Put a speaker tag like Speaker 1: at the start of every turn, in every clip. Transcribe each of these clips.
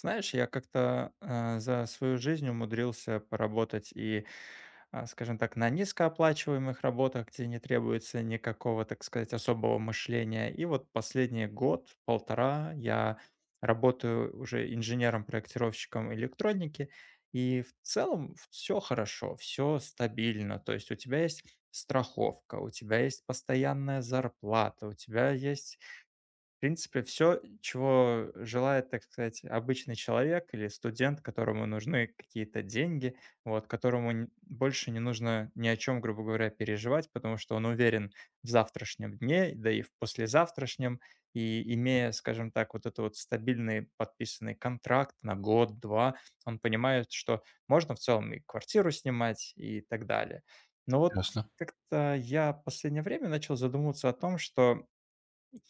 Speaker 1: Знаешь, я как-то за свою жизнь умудрился поработать и, скажем так, на низкооплачиваемых работах, где не требуется никакого, так сказать, особого мышления. И вот последний год, полтора, я работаю уже инженером-проектировщиком электроники, и в целом все хорошо, все стабильно. То есть у тебя есть страховка, у тебя есть постоянная зарплата, у тебя есть в принципе, все, чего желает, так сказать, обычный человек или студент, которому нужны какие-то деньги, вот, которому н больше не нужно ни о чем, грубо говоря, переживать, потому что он уверен в завтрашнем дне, да и в послезавтрашнем. И имея, скажем так, вот этот вот стабильный подписанный контракт на год-два, он понимает, что можно в целом и квартиру снимать и так далее. Но вот
Speaker 2: Ясно.
Speaker 1: как-то я в последнее время начал задумываться о том, что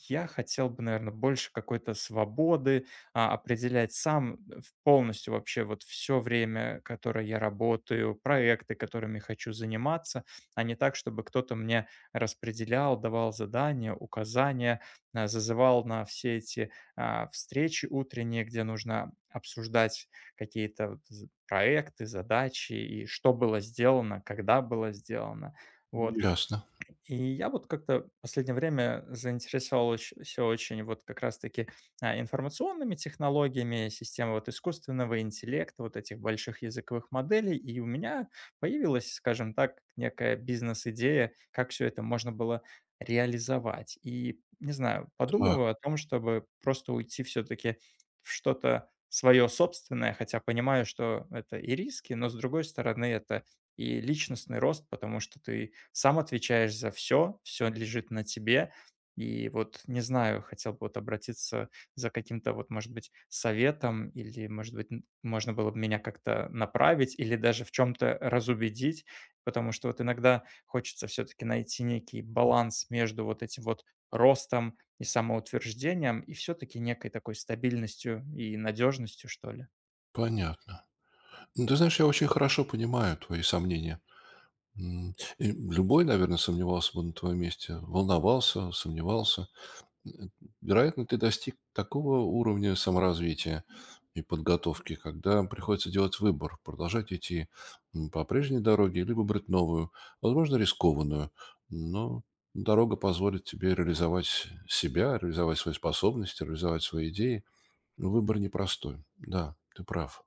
Speaker 1: я хотел бы, наверное, больше какой-то свободы, определять сам в полностью вообще вот все время, которое я работаю, проекты, которыми хочу заниматься, а не так, чтобы кто-то мне распределял, давал задания, указания, зазывал на все эти, встречи утренние, где нужно обсуждать какие-то вот з проекты, задачи и что было сделано, когда было сделано. Вот.
Speaker 2: Ясно.
Speaker 1: И я вот как-то в последнее время заинтересовался очень вот как раз-таки информационными технологиями, системой вот искусственного интеллекта, вот этих больших языковых моделей. И у меня появилась, скажем так, некая бизнес-идея, как все это можно было реализовать. И, не знаю,
Speaker 2: Так,
Speaker 1: подумываю о том, чтобы просто уйти все-таки в что-то свое собственное, хотя понимаю, что это и риски, но с другой стороны это и личностный рост, потому что ты сам отвечаешь за все, все лежит на тебе. И вот не знаю, хотел бы вот обратиться за каким-то вот, может быть, советом или, может быть, н можно было бы меня как-то направить или даже в чем то разубедить, потому что вот иногда хочется все таки найти некий баланс между вот этим вот ростом и самоутверждением, и все таки некой такой стабильностью и надежностью, что ли.
Speaker 2: понятно. Ну, ты знаешь, я очень хорошо понимаю твои сомнения. И любой, наверное, сомневался бы на твоем месте, волновался, сомневался. М, Вероятно, ты достиг такого уровня саморазвития и подготовки, когда приходится делать выбор: продолжать идти по прежней дороге, либо брать новую, возможно, рискованную, но дорога позволит тебе реализовать себя, реализовать свои способности, реализовать свои идеи. Ну, выбор непростой. Да, ты прав.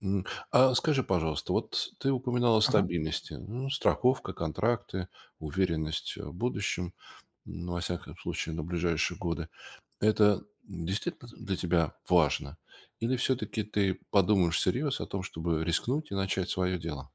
Speaker 2: М, А скажи, пожалуйста, вот ты упоминала о
Speaker 1: Ага.
Speaker 2: стабильности. Ну, страховка, контракты, уверенность в будущем, ну, во всяком случае, на ближайшие годы. Это действительно для тебя важно? Или все-таки ты подумаешь всерьез о том, чтобы рискнуть и начать свое дело?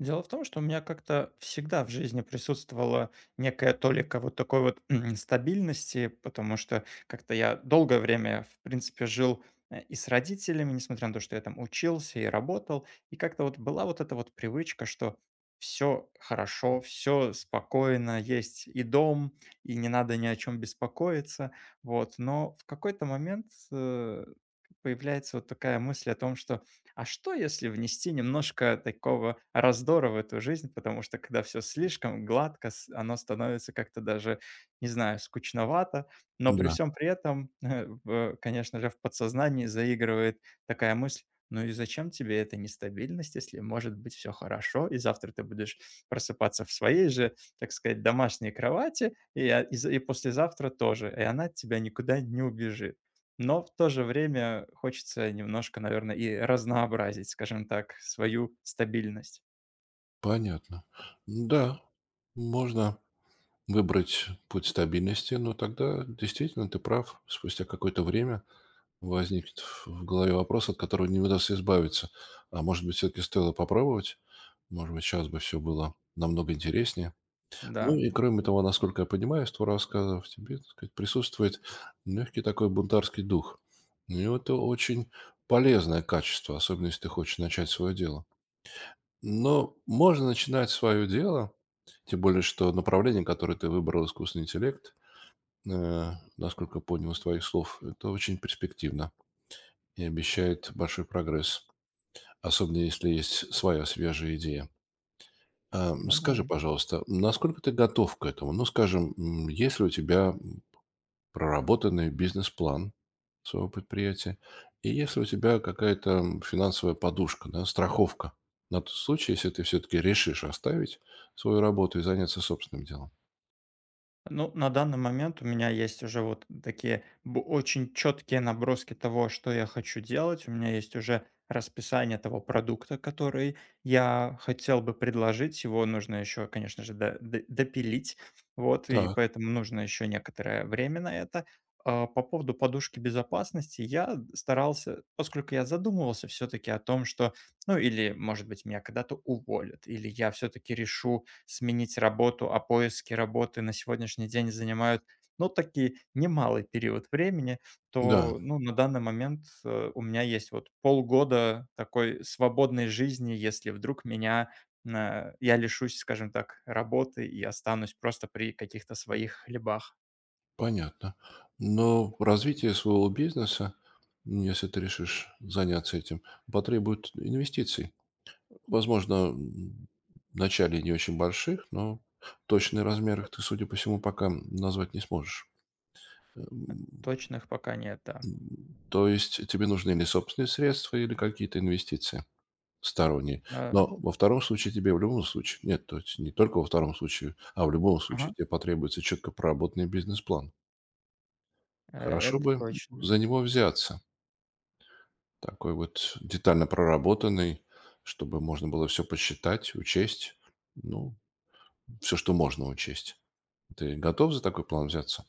Speaker 1: Дело в том, что у меня как-то всегда в жизни присутствовала некая толика вот такой вот стабильности, потому что как-то я долгое время, в принципе, жил и с родителями, несмотря на то, что я там учился и работал, и как-то вот была вот эта вот привычка, что все хорошо, все спокойно, есть и дом, и не надо ни о чем беспокоиться, вот. Но в какой-то момент появляется вот такая мысль о том, что а что, если внести немножко такого раздора в эту жизнь? Потому что когда все слишком гладко, оно становится как-то даже, не знаю, скучновато. Но при
Speaker 2: Да,
Speaker 1: всем при этом, конечно же, в подсознании заигрывает такая мысль, ну и зачем тебе эта нестабильность, если может быть все хорошо, и завтра ты будешь просыпаться в своей же, так сказать, домашней кровати, и послезавтра тоже, и она от тебя никуда не убежит. Но в то же время хочется немножко, наверное, и разнообразить, скажем так, свою стабильность.
Speaker 2: понятно. Да, можно выбрать путь стабильности, но тогда действительно ты прав. Спустя какое-то время возникнет в голове вопрос, от которого не удастся избавиться. А может быть, все-таки стоило попробовать? Может быть, сейчас бы все было намного интереснее. Ну
Speaker 1: Да,
Speaker 2: и кроме того, насколько я понимаю, из твоего рассказа в тебе, так сказать, присутствует легкий такой бунтарский дух. Ну и это очень полезное качество, особенно если ты хочешь начать свое дело. Но можно начинать свое дело, тем более, что направление, которое ты выбрал, искусственный интеллект, э, насколько понял из твоих слов, это очень перспективно и обещают большой прогресс, особенно если есть своя свежая идея.
Speaker 1: ну да.
Speaker 2: Скажи, пожалуйста, насколько ты готов к этому? Ну, скажем, есть ли у тебя проработанный бизнес-план своего предприятия, и есть ли у тебя какая-то финансовая подушка, да, страховка на тот случай, если ты все-таки решишь оставить свою работу и заняться собственным делом?
Speaker 1: Ну, на данный момент у меня есть уже вот такие очень четкие наброски того, что я хочу делать. У меня есть уже расписание того продукта, который я хотел бы предложить. Его нужно еще, конечно же, допилить. Вот, и
Speaker 2: Так,
Speaker 1: поэтому нужно еще некоторое время на это. А по поводу подушки безопасности я старался, поскольку я задумывался все-таки о том, что ну или, может быть, меня когда-то уволят, или я все-таки решу сменить работу, а поиски работы на сегодняшний день занимают, ну, таки немалый период времени,
Speaker 2: да,
Speaker 1: то, ну, на данный момент у меня есть вот полгода такой свободной жизни, если вдруг меня я лишусь, скажем так, работы и останусь просто при каких-то своих хлебах.
Speaker 2: понятно. Но развитие своего бизнеса, если ты решишь заняться этим, потребует инвестиций. Возможно, вначале не очень больших, но точный размер их ты, судя по всему, пока назвать не сможешь. Эм,
Speaker 1: Точных пока нет, да.
Speaker 2: м, То есть тебе нужны или собственные средства, или какие-то инвестиции сторонние.
Speaker 1: Э,
Speaker 2: Но во втором случае тебе в любом случае, нет, то есть не только во втором случае, а в любом
Speaker 1: ага,
Speaker 2: случае тебе потребуется четко проработанный бизнес-план. Хорошо
Speaker 1: это
Speaker 2: бы
Speaker 1: точно.
Speaker 2: за него взяться, такой вот детально проработанный, чтобы можно было все посчитать, учесть, ну, все, что можно учесть. Ты готов за такой план взяться?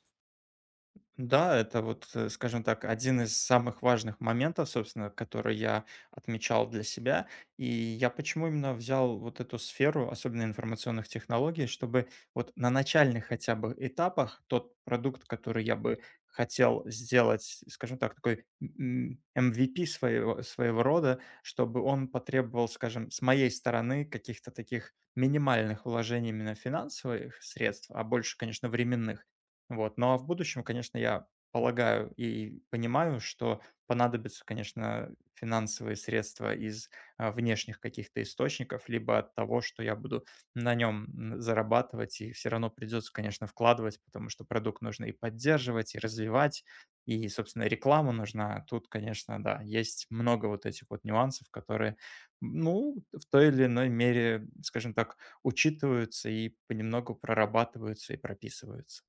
Speaker 1: Да, это вот, скажем так, один из самых важных моментов, собственно, который я отмечал для себя. И я почему именно взял вот эту сферу, особенно информационных технологий, чтобы вот на начальных хотя бы этапах тот продукт, который я бы хотел сделать, скажем так, такой MVP своего, своего рода, чтобы он потребовал, скажем, с моей стороны каких-то таких минимальных вложений именно финансовых средств, а больше, конечно, временных. Вот. Ну, а в будущем, конечно, я полагаю и понимаю, что понадобятся, конечно, финансовые средства из внешних каких-то источников, либо от того, что я буду на нем зарабатывать, и все равно придется, конечно, вкладывать, потому что продукт нужно и поддерживать, и развивать, и, собственно, реклама нужна. А тут, конечно, да, есть много вот этих вот нюансов, которые, ну, в той или иной мере, скажем так, учитываются и понемногу прорабатываются и прописываются.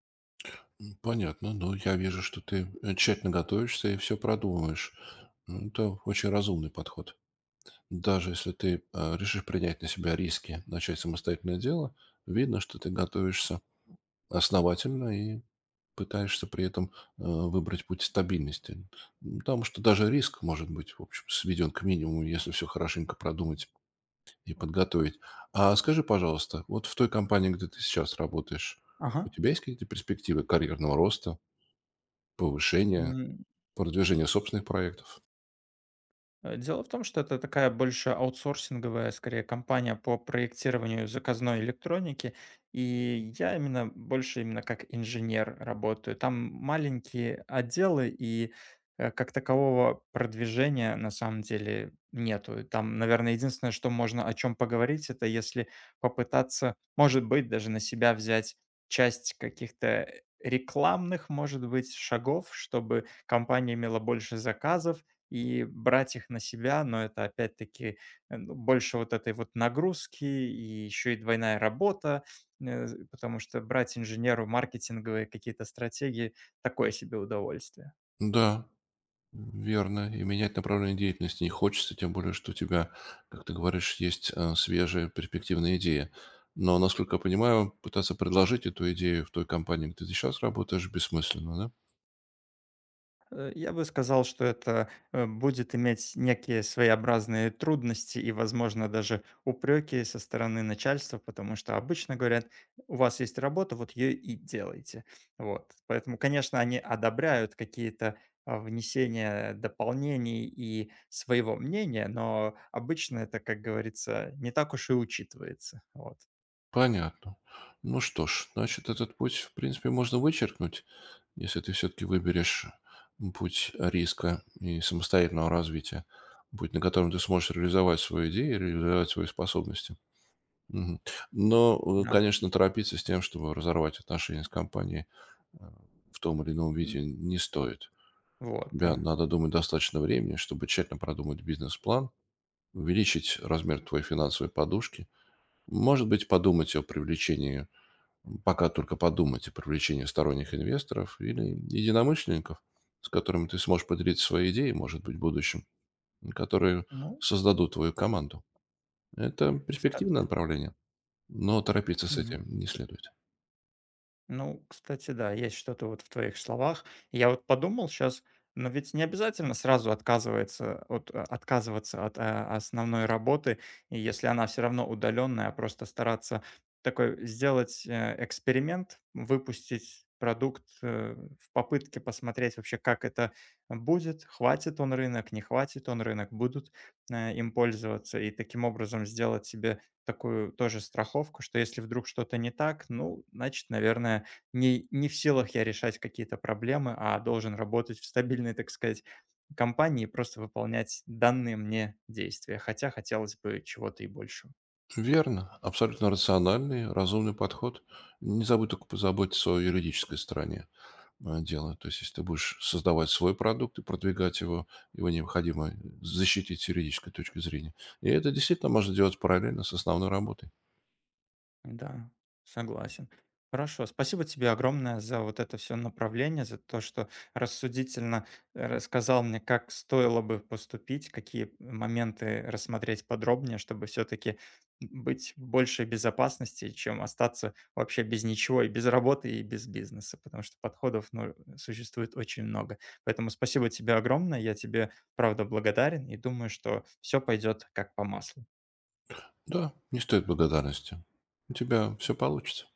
Speaker 2: Понятно, но я вижу, что ты тщательно готовишься и все продумываешь. Это очень разумный подход. Даже если ты решишь принять на себя риски, начать самостоятельное дело, видно, что ты готовишься основательно и пытаешься при этом выбрать путь стабильности. Потому что даже риск может быть, в общем, сведен к минимуму, если все хорошенько продумать и подготовить. А скажи, пожалуйста, вот в той компании, где ты сейчас работаешь, у
Speaker 1: Ага.
Speaker 2: тебя есть какие-то перспективы карьерного роста, повышения,
Speaker 1: М,
Speaker 2: продвижения собственных проектов?
Speaker 1: дело в том, что это такая больше аутсорсинговая, скорее, компания по проектированию заказной электроники, и я именно больше именно как инженер работаю. Там маленькие отделы, и, как такового продвижения на самом деле нету. Там, наверное, единственное, что можно о чем поговорить, это если попытаться, может быть, даже на себя взять часть каких-то рекламных, может быть, шагов, чтобы компания имела больше заказов, и брать их на себя, но это опять-таки, ну, больше вот этой вот нагрузки и еще и двойная работа, потому что брать инженеру маркетинговые какие-то стратегии- такое себе удовольствие.
Speaker 2: Да, верно. И менять направление деятельности не хочется, тем более, что у тебя, как ты говоришь, есть свежая перспективная идея. Но, насколько я понимаю, пытаться предложить эту идею в той компании, где ты сейчас работаешь, бессмысленно, да?
Speaker 1: Я бы сказал, что это, будет иметь некие своеобразные трудности и, возможно, даже упреки со стороны начальства, потому что обычно говорят: "У вас есть работа, вот ее и делайте". Вот. Поэтому, конечно, они одобряют какие-то, внесения дополнений и своего мнения, но обычно это, как говорится, не так уж и учитывается. Вот.
Speaker 2: Понятно. Ну что ж, значит, этот путь, в принципе, можно вычеркнуть, если ты все-таки выберешь путь риска и самостоятельного развития, путь, на котором ты сможешь реализовать свою идею, реализовать свои способности. Мгм. Но,
Speaker 1: Да.
Speaker 2: конечно, торопиться с тем, чтобы разорвать отношения с компанией э, в том или ином виде,
Speaker 1: М,
Speaker 2: не стоит.
Speaker 1: вот,
Speaker 2: Тебе
Speaker 1: да.
Speaker 2: надо думать достаточно времени, чтобы тщательно продумать бизнес-план, увеличить размер твоей финансовой подушки, может быть, подумать о привлечении. Пока только подумать о привлечении сторонних инвесторов или единомышленников, с которыми ты сможешь поделиться своей идеей, может быть, в будущем, которые
Speaker 1: Ну,
Speaker 2: создадут твою команду. Это
Speaker 1: кста
Speaker 2: перспективное направление, но торопиться с этим не следует.
Speaker 1: Ну, кстати, да, есть что-то вот в твоих словах. Я вот подумал сейчас, но ведь не обязательно сразу отказывается от, отказываться от основной работы, и если она все равно удаленная, а просто стараться такой сделать эксперимент, выпустить продукт в попытке посмотреть вообще, как это будет, хватит он рынок, не хватит он рынок, будут им пользоваться, и таким образом сделать себе такую тоже страховку, что если вдруг что-то не так, ну, значит, наверное, не в силах я решать какие-то проблемы, а должен работать в стабильной, так сказать, компании и просто выполнять данные мне действия. Хотя хотелось бы чего-то и большего.
Speaker 2: Верно, абсолютно рациональный, разумный подход. Не забудь только позаботиться о юридической стороне дела. То есть, если ты будешь создавать свой продукт и продвигать его, его необходимо защитить с юридической точки зрения. И это действительно можно делать параллельно с основной работой.
Speaker 1: Да, согласен. Хорошо, спасибо тебе огромное за вот это все направление, за то, что рассудительно рассказал мне, как стоило бы поступить, какие моменты рассмотреть подробнее, чтобы все-таки быть в большей безопасности, чем остаться вообще без ничего и без работы, и без бизнеса, потому что подходов ну, существует очень много. Поэтому спасибо тебе огромное, я тебе, правда, благодарен и думаю, что все пойдет как по маслу.
Speaker 2: Да, не стоит благодарности. У тебя все получится.